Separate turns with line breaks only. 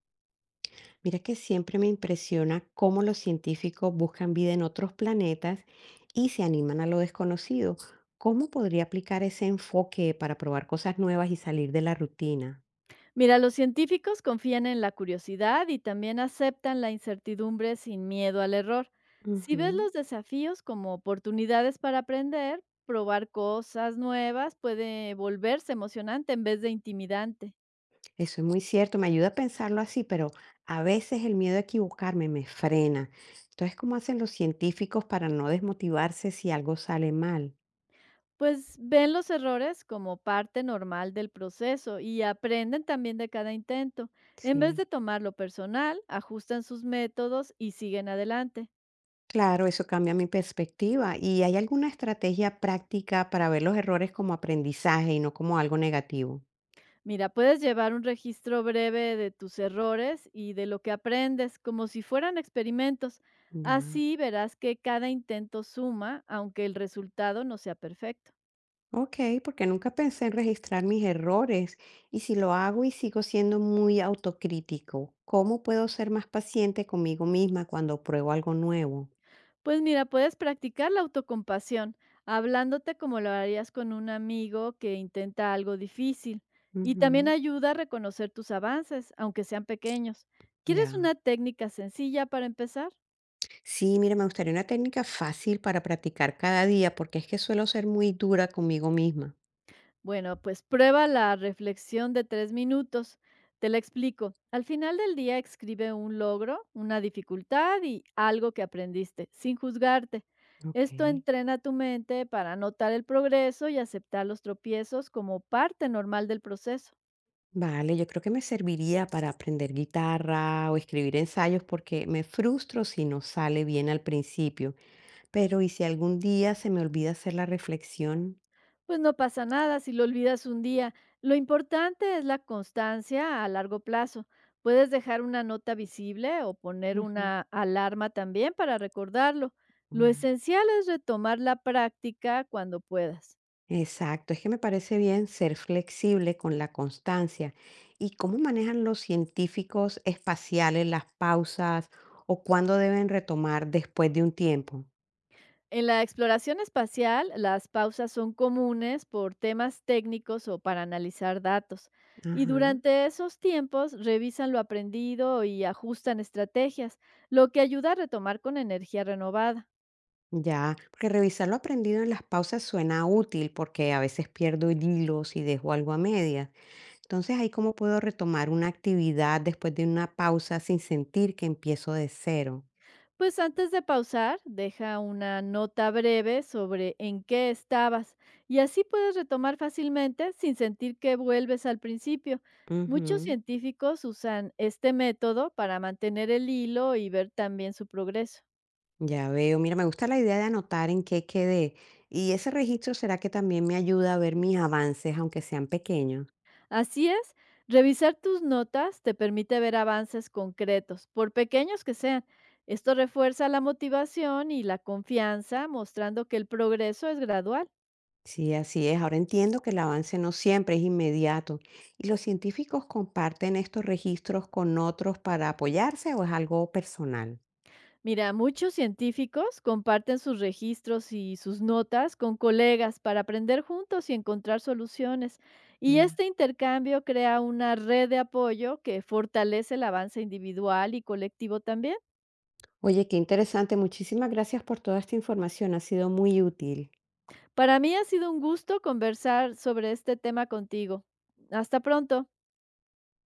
Mira que siempre me impresiona cómo los científicos buscan vida en otros planetas y se animan a lo desconocido. ¿Cómo podría aplicar ese enfoque para probar cosas nuevas y salir de la rutina?
Mira, los científicos confían en la curiosidad y también aceptan la incertidumbre sin miedo al error. Si ves
Ujú.
los desafíos como oportunidades para aprender, probar cosas nuevas puede volverse emocionante en vez de intimidante.
Eso es muy cierto, me ayuda a pensarlo así, pero a veces el miedo a equivocarme me frena. Entonces, ¿cómo hacen los científicos para no desmotivarse si algo sale mal?
Pues ven los errores como parte normal del proceso y aprenden también de cada intento. En vez
Sí.
de tomarlo personal, ajustan sus métodos y siguen adelante.
Claro, eso cambia mi perspectiva. ¿Y hay alguna estrategia práctica para ver los errores como aprendizaje y no como algo negativo?
Mira, puedes llevar un registro breve de tus errores y de lo que aprendes, como si fueran experimentos.
Ya.
Así verás que cada intento suma, aunque el resultado no sea perfecto.
Ok, porque nunca pensé en registrar mis errores. Y si lo hago y sigo siendo muy autocrítico, ¿cómo puedo ser más paciente conmigo misma cuando pruebo algo nuevo?
Pues mira, puedes practicar la autocompasión, hablándote como lo harías con un amigo que intenta algo difícil. Y también
Ujú.
ayuda a reconocer tus avances, aunque sean pequeños. ¿Quieres
Ya.
una técnica sencilla para empezar?
Sí, mira, me gustaría una técnica fácil para practicar cada día, porque es que suelo ser muy dura conmigo misma.
Bueno, pues prueba la reflexión de 3 minutos. Te la explico. Al final del día escribe un logro, una dificultad y algo que aprendiste, sin juzgarte.
Ok.
Esto entrena tu mente para notar el progreso y aceptar los tropiezos como parte normal del proceso.
Vale, yo creo que me serviría para aprender guitarra o escribir ensayos porque me frustro si no sale bien al principio. Pero ¿y si algún día se me olvida hacer la reflexión?
Pues no pasa nada si lo olvidas un día. Lo importante es la constancia a largo plazo. Puedes dejar una nota visible o poner
Ujú.
una alarma también para recordarlo. Lo
Ya.
esencial es retomar la práctica cuando puedas.
Exacto, es que me parece bien ser flexible con la constancia. ¿Y cómo manejan los científicos espaciales las pausas o cuándo deben retomar después de un tiempo?
En la exploración espacial, las pausas son comunes por temas técnicos o para analizar datos. Y
Ajá.
durante esos tiempos revisan lo aprendido y ajustan estrategias, lo que ayuda a retomar con energía renovada.
Ya, porque revisar lo aprendido en las pausas suena útil porque a veces pierdo el hilo si dejo algo a medias. Entonces, ahí cómo puedo retomar una actividad después de una pausa sin sentir que empiezo de cero.
Pues antes de pausar, deja una nota breve sobre en qué estabas y así puedes retomar fácilmente sin sentir que vuelves al principio. Muchos
Ujú.
científicos usan este método para mantener el hilo y ver también su progreso.
Ya veo, mira, me gusta la idea de anotar en qué quedé. Y ese registro será que también me ayuda a ver mis avances, aunque sean pequeños.
Así es, revisar tus notas te permite ver avances concretos, por pequeños que sean. Esto refuerza la motivación y la confianza, mostrando que el progreso es gradual.
Sí, así es. Ahora entiendo que el avance no siempre es inmediato. ¿Y los científicos comparten estos registros con otros para apoyarse o es algo personal?
Mira, muchos científicos comparten sus registros y sus notas con colegas para aprender juntos y encontrar soluciones. Y
Ya.
este intercambio crea una red de apoyo que fortalece el avance individual y colectivo también.
Oye, qué interesante. Muchísimas gracias por toda esta información. Ha sido muy útil.
Para mí ha sido un gusto conversar sobre este tema contigo. Hasta pronto.